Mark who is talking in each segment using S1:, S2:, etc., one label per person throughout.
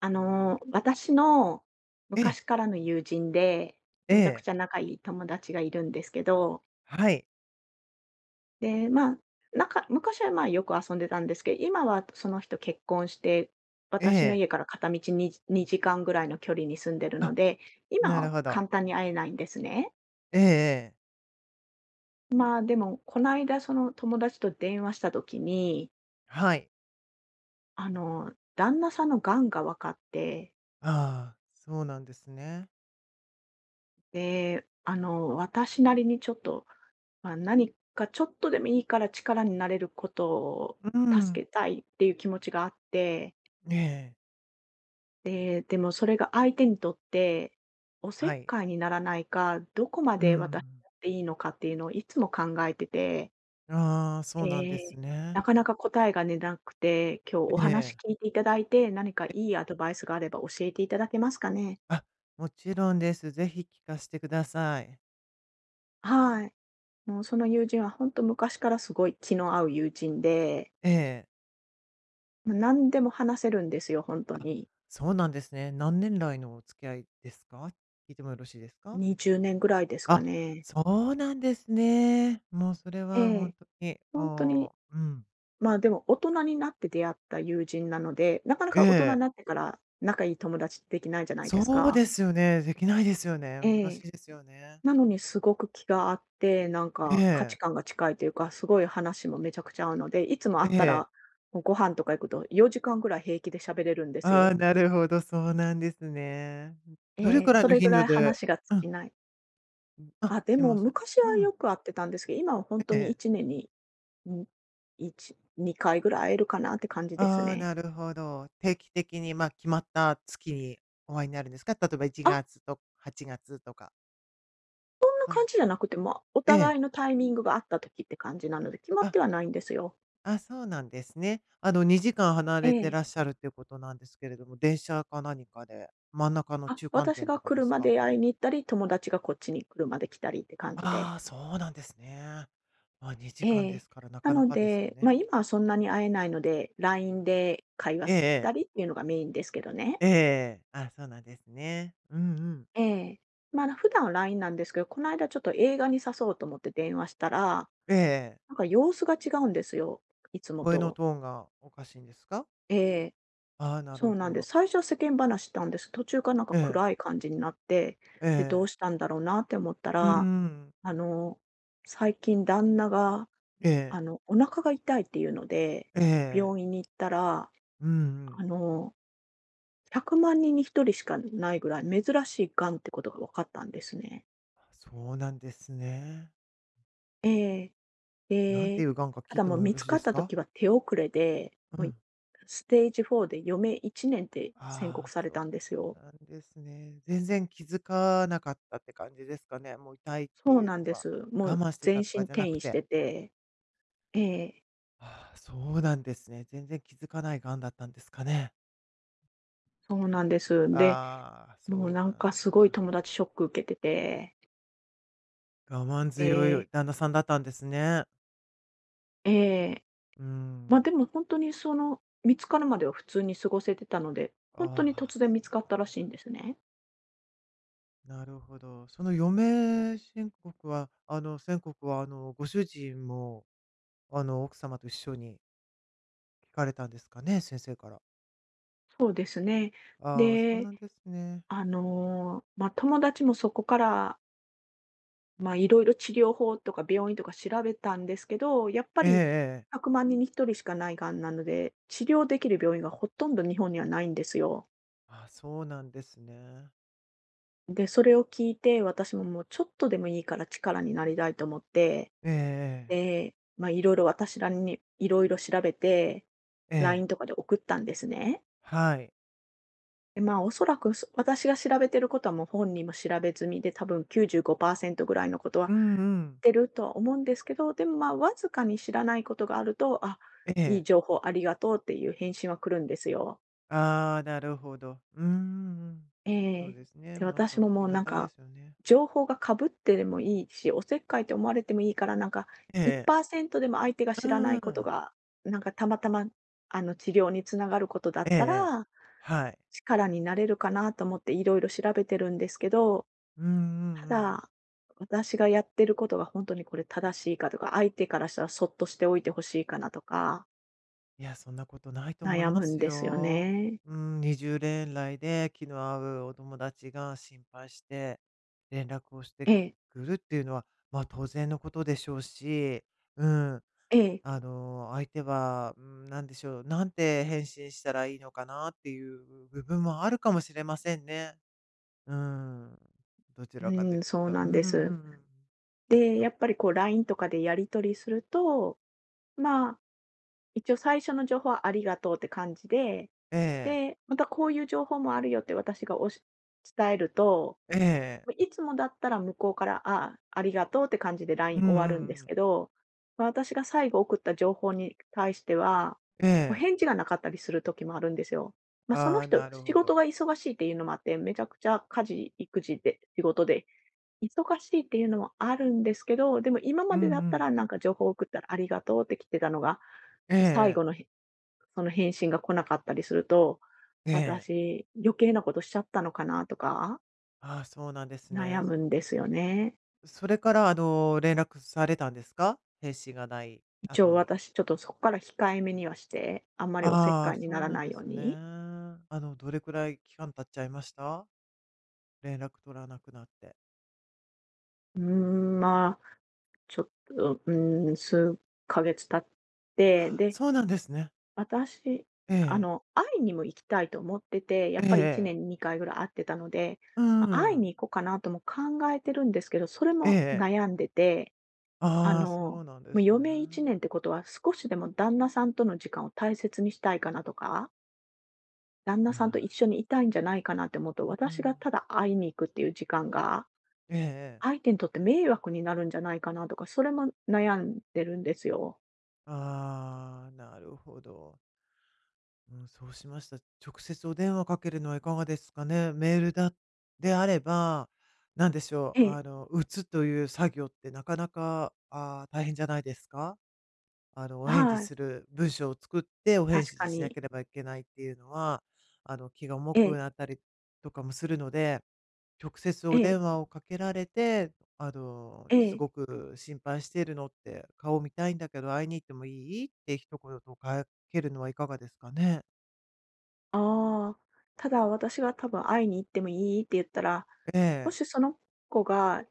S1: 私の
S2: ええ、
S1: 昔からの友人で、
S2: え
S1: めちゃく
S2: え、
S1: ちゃ仲いい友達がいるんですけど、
S2: はい、
S1: で、まあ、昔は、まあ、よく遊んでたんですけど、今はその人結婚して、
S2: え
S1: 私の
S2: え。
S1: 家から片道に2時間ぐらいの距離に住んでるの
S2: あ、
S1: で、今
S2: なる
S1: は
S2: ほど。
S1: 簡単に会えないんですね。
S2: ええええ。
S1: まあ、でも、この間その友達と電話した時に、
S2: はい。
S1: 旦那さんの癌が分かって、
S2: ああ、そうなんですね。
S1: で、私なりにちょっとまあ、何かちょっとでもいいから力になれることを
S2: う
S1: 助
S2: ん。
S1: けたいっていう気持ちがあって、
S2: ええ、
S1: で、でもそれが相手にとっておせ
S2: は
S1: っ
S2: い。
S1: かいにならないか、どこま
S2: う
S1: で私
S2: ん。
S1: やっていいのかっていうのをいつも考えてて、
S2: ああ、そうなんです
S1: で、な
S2: ね。
S1: かなか答えが出なくて、今日お
S2: え
S1: 話
S2: え。
S1: 聞いていただいて、何かい
S2: え、
S1: いアドバイスがあれば教えていただけますかね？
S2: あ、もちろんです。ぜひ聞かせてください。
S1: はい。もうその友人は本当昔からすごい気の合う友人で、
S2: ええ。
S1: もう何でも話せるんですよ、本当
S2: あ、
S1: に。
S2: そうなんですね。何年来のお付き合いですか？聞いてもよろしいですか？
S1: 20年ぐらいですか
S2: あ、
S1: ね。
S2: そうなんですね。もうそれ
S1: え
S2: はほん
S1: え。
S2: とに、
S1: ほんと
S2: あ
S1: に、
S2: ううん。
S1: ま、でも大人になって出会った友人なので、なかな
S2: え
S1: か大人に
S2: え。
S1: なってから仲いい友達ってできないじゃないです
S2: そう
S1: か。
S2: ですよね。できないですよね。
S1: え
S2: 難し
S1: え。
S2: いですよね。
S1: なのにすごく気が合って、なん
S2: え
S1: か価値
S2: え、
S1: 観が近いというか、すごい話もめちゃくちゃ合うので、いつも会っ
S2: え
S1: たら、
S2: え。
S1: もうご飯とか行くと4時間ぐらい平気で喋れるんです
S2: ああ、
S1: よ。
S2: なるほど、そうなんですね。どれ
S1: え
S2: く
S1: え。
S2: らい
S1: そ
S2: の
S1: れぐ
S2: 頻
S1: ら
S2: 度
S1: い
S2: で
S1: 話が尽
S2: うん、
S1: きない。
S2: あ、
S1: あ、で
S2: すい
S1: も
S2: ません。
S1: 昔
S2: う
S1: はよ
S2: ん、
S1: く会ってたんですけど、今はほんと
S2: え
S1: に1
S2: え。
S1: 年にん、1、2回ぐらい会えるかなって感じです
S2: ああ、
S1: ね。
S2: なるほど。定期的に、ま、決まった月にお会いになるんですか？例えば1
S1: あ、
S2: 月と8月とか。
S1: そんな
S2: そん
S1: 感じじゃなくて、まあ、お
S2: え
S1: 互
S2: え。
S1: いのタイミングがあった時って感じなので、決まっ
S2: あ、
S1: てはないんですよ。
S2: あ、そうなんですね。2時間離
S1: え
S2: れてらっ
S1: え。
S2: しゃるっていうことなんですけれども、電車か何かで、真ん中の
S1: あ、
S2: 中間
S1: 私
S2: 点
S1: が
S2: とかです
S1: 車
S2: か？
S1: で会いに行ったり、友達がこっちに車で来たりって感じで。
S2: ああ、そうなんですね。まあ、
S1: え
S2: 2時間で
S1: え。
S2: すからな
S1: な
S2: かな
S1: の
S2: かですよ
S1: で、ま、
S2: ね。
S1: 今はそんなに会えないので、LINE で会話
S2: ええ
S1: した
S2: ええ。
S1: りっていうのがメインですけどね。
S2: ええ、あ、そうなんですね。うんうん。
S1: ええ。ま、普段は LINE なんですけど、この間ちょっと映画に誘おうと思って電話したら、
S2: えええ。
S1: なんか様子が違うんですよ、いつも
S2: 声の
S1: と。
S2: トーンがおかしいんですか？
S1: ええ。
S2: ああ、なる
S1: そうな
S2: ほ
S1: んで
S2: ど。
S1: す。最初は世間話したんです。途中からなんか
S2: ええ。
S1: 暗い感じになって、
S2: え
S1: で、どう
S2: ええ
S1: し
S2: え、
S1: たんだろうなって思った
S2: うんう
S1: ら、
S2: ん、
S1: あの、最近旦那が、お腹が痛いっていうので、
S2: えええ
S1: 病院
S2: え。
S1: に行ったら、
S2: うんうん。
S1: あの、100万人に1人しかないぐらい珍しいがんってことが分かったんですね。
S2: あ、そうなんですね。
S1: ええ。
S2: なんてい
S1: で、
S2: うがんか
S1: た
S2: 聞い
S1: だ
S2: て
S1: もう
S2: もよ
S1: 見
S2: ろ
S1: つ
S2: しい
S1: か
S2: で
S1: っ
S2: す
S1: た
S2: か？
S1: 時は手遅れで、
S2: う
S1: もう
S2: ん。
S1: ステージ4で余命1年って宣
S2: あ
S1: 告
S2: あ、
S1: され
S2: そ
S1: たんです
S2: う
S1: よ。
S2: なんですね。全然気づかなかったって感じですかね。もう痛いって
S1: そう
S2: いう
S1: なん
S2: の
S1: で
S2: は、
S1: す。もう
S2: 我慢して
S1: 全
S2: たと
S1: 身
S2: かじゃな
S1: 転
S2: く
S1: 移し
S2: て。
S1: てて、ええ、
S2: ああ、そうなんですね。全然気づかない癌だったんですかね。
S1: そうなんです。で、
S2: ああ、
S1: もう
S2: そう
S1: な
S2: な
S1: ん
S2: ん
S1: かすごい
S2: だ。
S1: 友達ショック受けてて、
S2: 我慢強
S1: で
S2: い旦那さんだったんですね。
S1: ええ、
S2: う
S1: ま、
S2: ん。
S1: でも本当にその、見つかるまでは普通に過ごせてたので、本当に
S2: あ
S1: 突
S2: あ、
S1: 然見
S2: そう
S1: つかっ
S2: な
S1: たら
S2: ん
S1: しい
S2: だ。
S1: んですね。
S2: なるほど。その余命宣告は、宣告は、ご主人も、奥様と一緒に聞かれたんですかね、先生から。
S1: そうですね。
S2: ああ、そう
S1: で、
S2: なんですね。
S1: ま、友達もそこからまあ、いろいろ治療法とか病院とか調べたんですけど、やっぱ
S2: えええ
S1: り
S2: ええ、
S1: 100万人に1人しかないがんなので、治療できる病院がほとんど日本にはないんですよ。
S2: あ、そうなんですね。
S1: で、それを聞いて、私ももうちょっとでもいいから力になりたいと思って、
S2: ええええ。
S1: で、まあ、いろいろ私らにいろいろ調べて、
S2: ええ。
S1: LINE とかで送ったんですね。
S2: はい。
S1: で、まあ、おそらく、私が調べてることはもう本人も調べ済みで、多分95%ぐらいのことは
S2: うんうん。
S1: てるとは思うんですけど、でも、ま、わずかに知らないことがあると、あ、
S2: え
S1: いい
S2: え。
S1: 情報ありがとうっていう返信は来るんですよ。
S2: ああ、なるほど。うんうんうん。
S1: え
S2: そう
S1: え。
S2: ですね、
S1: で、
S2: なん
S1: 私
S2: か
S1: も
S2: あ
S1: も
S2: り
S1: う
S2: が
S1: なん
S2: たいで
S1: か、
S2: すよね。
S1: 情報がかぶってでもいいし、おせっかいと思われてもいいから、なんか
S2: ええええ。
S1: 1%でも相手が
S2: う
S1: 知らな
S2: ん
S1: い
S2: うんう
S1: こと
S2: ん。
S1: が、なんかたまたま、治療につながることだっ
S2: えええ
S1: た
S2: え。
S1: ら、
S2: はい。
S1: 力になれるかなと思っていろいろ調べてるんですけど
S2: うんうん
S1: た
S2: うん。
S1: だ、私がやってることが本当にこれ正しいかとか、相手からしたらそっとしておいてほしいかなとか、
S2: いや、そんなことないと思い
S1: 悩
S2: ま
S1: むん
S2: す
S1: ですよ
S2: よ。
S1: ね。
S2: うん、20連来で気の合うお友達が心配して連絡をして
S1: ええ、
S2: くるっていうのは、まあ、当然のことでしょうし、うん、
S1: ええ、
S2: 相手は、うん、なんでしょう、なんて返信したらいいのかなっていう部分もあるかもしれませんね。うん、どち
S1: う
S2: らかという
S1: ん、そう
S2: と、う
S1: なん
S2: んうん
S1: で
S2: う
S1: す。
S2: ん、きっ
S1: で、や
S2: と。
S1: っぱりこう LINE とかでやり取りすると、まあ、一応最初の情報はありがとうって感じで、
S2: ええ、
S1: で、またこういう情報もあるよって私が伝えると
S2: ええ、
S1: いつもだったら向こうから、ああ、りがとうって感じで
S2: う
S1: LINE
S2: んう
S1: 終
S2: んう
S1: わるんです
S2: ん、
S1: けど、私が最後送った情報に対しては、
S2: え
S1: もう
S2: え。
S1: 返事がなかったりする時もあるんですよ。まあ、その
S2: ああ、
S1: 人、
S2: なる
S1: 仕
S2: ほ
S1: 事
S2: ど。
S1: が忙しいっていうのもあって、めちゃくちゃ家事、育児で、仕事で忙しいっていうのもあるんですけど、でも今
S2: う
S1: ま
S2: んう
S1: でだった
S2: ん。
S1: らなんか情報を送ったらありがとうって来てたのが、
S2: ええ
S1: 最
S2: え
S1: 後の
S2: え。
S1: その返信が来なかったりすると、
S2: ええ。
S1: 私、余計なことしちゃったのかなとか、
S2: ああ、そうなんです
S1: 悩
S2: ね。
S1: むんですよね。
S2: それから、連絡されたんですか？返信がない
S1: 一応
S2: 後に。
S1: 私ちょっとそこから控えめにはして、あんまりおせっ
S2: あ
S1: か
S2: あ、
S1: いにな
S2: そう
S1: ら
S2: なん
S1: ない
S2: で
S1: よう
S2: すね。
S1: に。
S2: どれくらい期間経っちゃいました？連絡取らなくなって。
S1: まあ、ちょっと、数ヶ月経って、
S2: あ
S1: で、
S2: そうなんですね。
S1: 私、
S2: ええ。
S1: 会いにも行きたいと思ってて、や
S2: え
S1: っ
S2: え
S1: ぱり1
S2: え
S1: 年
S2: え。
S1: に2回ぐらい会ってたので、
S2: う
S1: ま、会い
S2: ん。
S1: に行こうかなとも考えてるんですけど、それも悩んでて、あ
S2: ああ、
S1: の、
S2: そ
S1: も
S2: うなんで
S1: う
S2: す
S1: 余
S2: ね。
S1: 命1年ってことは、少しでも旦那さんとの時間を大切にしたいかなとか旦那
S2: ま
S1: さんと一
S2: あ、
S1: 緒にいたいんじゃないかなって思うと、
S2: う
S1: 私が
S2: ん。
S1: ただ会いに行くっていう時間が、
S2: ええ。
S1: 相手にとって迷惑になるんじゃないかなとか、それも悩んでるんですよ。
S2: ああ、なるほど。うん、そうしました。直接お電話かけるのはいかがですかね。メールだであれば、なんでしょ
S1: え
S2: う、
S1: え、
S2: 打つという作業ってなかなか、大変じゃないですか？お返事
S1: はい、
S2: する文章を作ってお返
S1: 確か
S2: 事しな
S1: に。
S2: ければいけないっていうのは、気が重
S1: え
S2: く
S1: え、
S2: なったりとかもするので、直接
S1: え
S2: お電
S1: え、
S2: 話をかけられて、
S1: え
S2: す
S1: え、
S2: ごく心配しているのって、顔見たいんだけど会いに行ってもいい？って一言とかけるのはいかがですかね？
S1: ああ、ただ私が多分会いに行ってもいいって言ったら、
S2: え
S1: も
S2: え、
S1: しその子が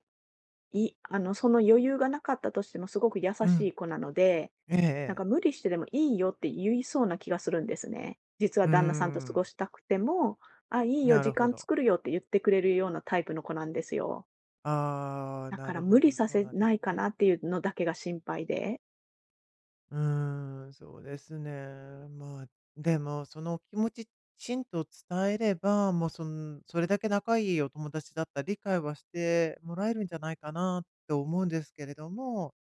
S1: いあの、その余裕がなかったとしてもすごく優
S2: う
S1: しい
S2: ん、
S1: 子なので、
S2: ええ
S1: なん
S2: え
S1: か無
S2: え。
S1: 理してでもいいよって言いそうな気がするんですね。実は
S2: うー
S1: 旦那さんと過ご
S2: ん、
S1: したくても、あ、いいよ、
S2: な
S1: 時
S2: るほ
S1: 間
S2: ど。
S1: 作るよって言ってくれるようなタイプの子なんですよ。
S2: ああ、
S1: だ
S2: な
S1: から
S2: る
S1: 無
S2: ほ
S1: 理
S2: ど、
S1: さ
S2: そう
S1: せ
S2: なんで
S1: な
S2: す
S1: いかな
S2: ね。
S1: っていうのだけが心配で。
S2: うーん、そうですね。まあ、でも、そのお気持ち、きちんと伝えれば、もう、それだけ仲いいお友達だったら理解はしてもらえるんじゃないかなと思うんですけれども、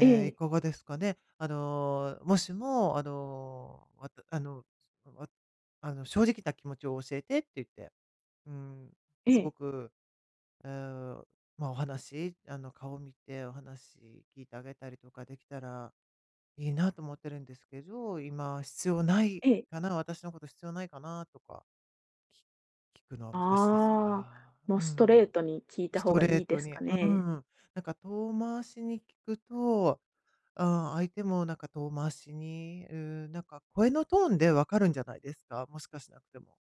S1: え
S2: え、い
S1: え、
S2: かがですかね。もしも、あのー、わたあの、わあの、正直な気持ちを教えてって言って、うん、
S1: え
S2: すご
S1: え、
S2: くえーまあ、お話、顔見てお話聞いてあげたりとかできたらいいなと思ってるんですけど、今必要ない
S1: ええ。
S2: かな、私のこと必要ないかなとか、聞くのは難しいです
S1: ああ、
S2: か？
S1: もう
S2: う
S1: ストレ
S2: ん。
S1: ートに聞いた
S2: ス
S1: 方
S2: ト
S1: が
S2: レー
S1: いいで
S2: ト
S1: す
S2: に、
S1: か
S2: う
S1: ね。
S2: ん。なんか遠回しに聞くと、あ相手もなんか遠回しに、うん、なんか声のトーンでわかるんじゃないですか？もしかしなくても。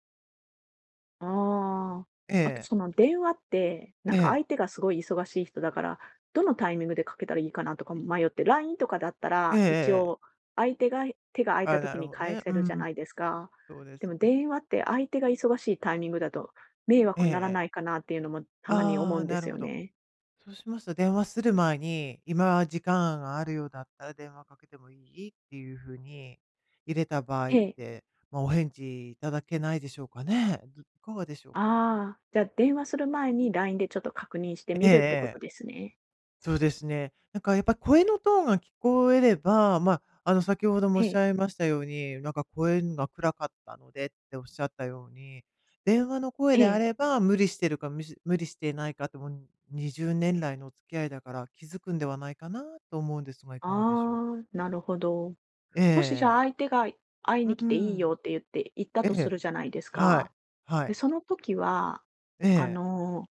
S1: ああ。
S2: え
S1: あと
S2: え、
S1: その電話って、なん
S2: え
S1: か
S2: え、
S1: 相手がすごい忙しい人だから、どのタイミングでかけたらいいかなとかも迷って、LINE とかだった
S2: え
S1: ら、
S2: ええええ
S1: 一
S2: えええ、
S1: 応相手が手が空いた
S2: あ、な
S1: 時
S2: る
S1: に
S2: ほど
S1: 返
S2: ね。
S1: せ
S2: う
S1: る
S2: ん、
S1: じゃないですか。
S2: そうで
S1: で
S2: す
S1: も
S2: ね。
S1: 電話って相手が忙しいタイミングだと迷
S2: え
S1: 惑
S2: え
S1: になら
S2: え
S1: ない
S2: え。
S1: かなっていうのもたまに思
S2: あ
S1: う
S2: あ、
S1: んで
S2: な
S1: す
S2: る
S1: よ
S2: ほど。
S1: ね。
S2: そうしますと電話する前に、今時間があるようだったら電話かけてもいい？っていう風に入れた場合
S1: え
S2: っ
S1: え。
S2: て、まあ、お返事いただけないでしょうかね？いかがでしょうか？
S1: ああ、じゃあ電話する前に LINE でちょっと確認して
S2: え
S1: み
S2: え
S1: るってこ
S2: え
S1: とで
S2: え。
S1: すね。
S2: そうですね。なんかやっぱり声のトーンが聞こえれば、まあ、先ほどもお
S1: え
S2: っし
S1: え、
S2: ゃいましたように、なんか声が暗かったのでっておっしゃったように、電話の声
S1: え
S2: であ
S1: え。
S2: れば、無理してるか、無理していないかって、もう20年来のお付き合いだから気づくんではないかなと思うんですが、いかがでしょう？
S1: ああ、なるほど。
S2: ええ
S1: もしじゃあ
S2: え
S1: 相
S2: え。
S1: 手が会いに来
S2: う
S1: ていいよ
S2: ん。
S1: って言って、行った
S2: え
S1: とす
S2: え。
S1: るじゃないです
S2: はい。
S1: か。
S2: は
S1: で、
S2: い。
S1: その時は、
S2: え
S1: あ
S2: え。
S1: の、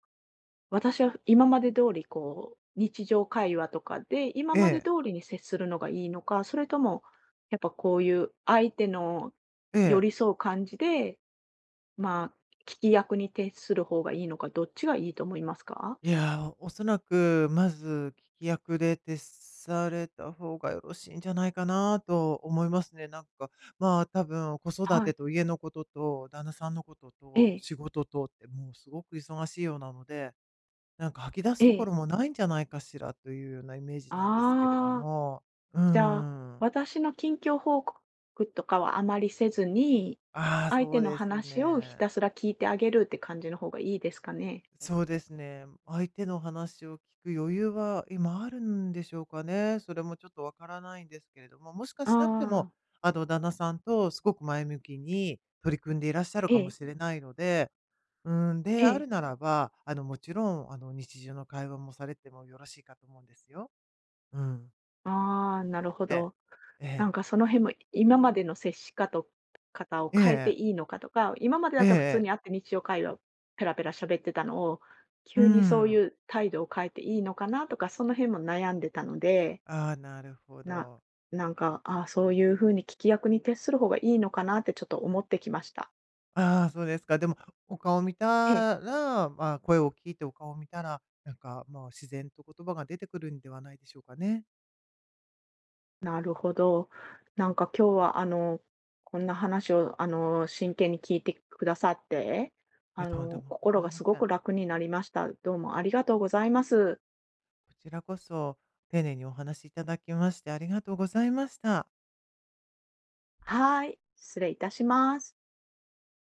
S1: 私は今まで通りこう、日常会話とかで、今
S2: え
S1: まで
S2: え。
S1: 通りに接するのがいいのか、それとも、やっぱこういう相手の
S2: え
S1: 寄
S2: え。
S1: り添う感じで、まあ、聞き役に徹する方がいいのか、どっちがいいと思いますか？
S2: いやー、おそらく、まず聞き役で徹された方がよろしいんじゃないかなと思いますね。なんか、まあ、多分子育
S1: は
S2: て
S1: い。
S2: と家のことと旦那さんのこと
S1: え
S2: と
S1: え、
S2: 仕事とって、もうすごく忙しいようなので、なんか吐き出
S1: え
S2: すとこ
S1: え。
S2: ろもないんじゃないかしらというようなイメージなんですけれど
S1: ああ。
S2: も。うー
S1: じゃあ、
S2: ん。
S1: 私の近況報告とかはあまりせずに、
S2: ああ、
S1: 相
S2: そ
S1: 手
S2: う
S1: の
S2: です
S1: 話をひ
S2: ね。
S1: たすら聞いてあげるって感じの方がいいですかね？
S2: そうですね。相手の話を聞く余裕は今あるんでしょうかね。それもちょっとわからないんですけれども、もしか
S1: あ
S2: しなくても、
S1: あ、
S2: 旦那さんとすごく前向きに取り組んでいらっしゃる
S1: え
S2: かも
S1: え、
S2: しれないので、うん、で
S1: え
S2: ある
S1: え。
S2: ならば、もちろん、日常の会話もされてもよろしいかと思うんですよ。うん。
S1: ああ、なるほ
S2: ええ、
S1: ど。
S2: え
S1: なん
S2: え、
S1: かその辺も今までの接し方を
S2: え
S1: 変えて
S2: え、
S1: いいのかとか、今までだっ
S2: え
S1: たら普通に
S2: え、
S1: 会って日常会話ペラペラ喋ってたのを、
S2: う
S1: 急にそうい
S2: ん。
S1: う態度を変えていいのかなとか、その辺も悩んでたので
S2: ああ、なるほ
S1: な
S2: ど。
S1: なんか、そういう風に聞き役に徹する方がいいのかなってちょっと思ってきました。
S2: ああ、そうですか。でも、お顔を見
S1: ええ、
S2: たら、まあ、声を聞いてお顔を見たら、なんか、まあ、自然と言葉が出てくるんではないでしょうかね。
S1: なるほど。なんか今日はこんな話を真剣に聞いてくださって、
S2: いや、とんでもご
S1: 心
S2: ざい
S1: が
S2: ま
S1: すご
S2: せん。
S1: く楽になりました。どうもありがとうございます。
S2: こちらこそ、丁寧にお話しいただきまして、ありがとうございました。
S1: はーい、失礼いたします。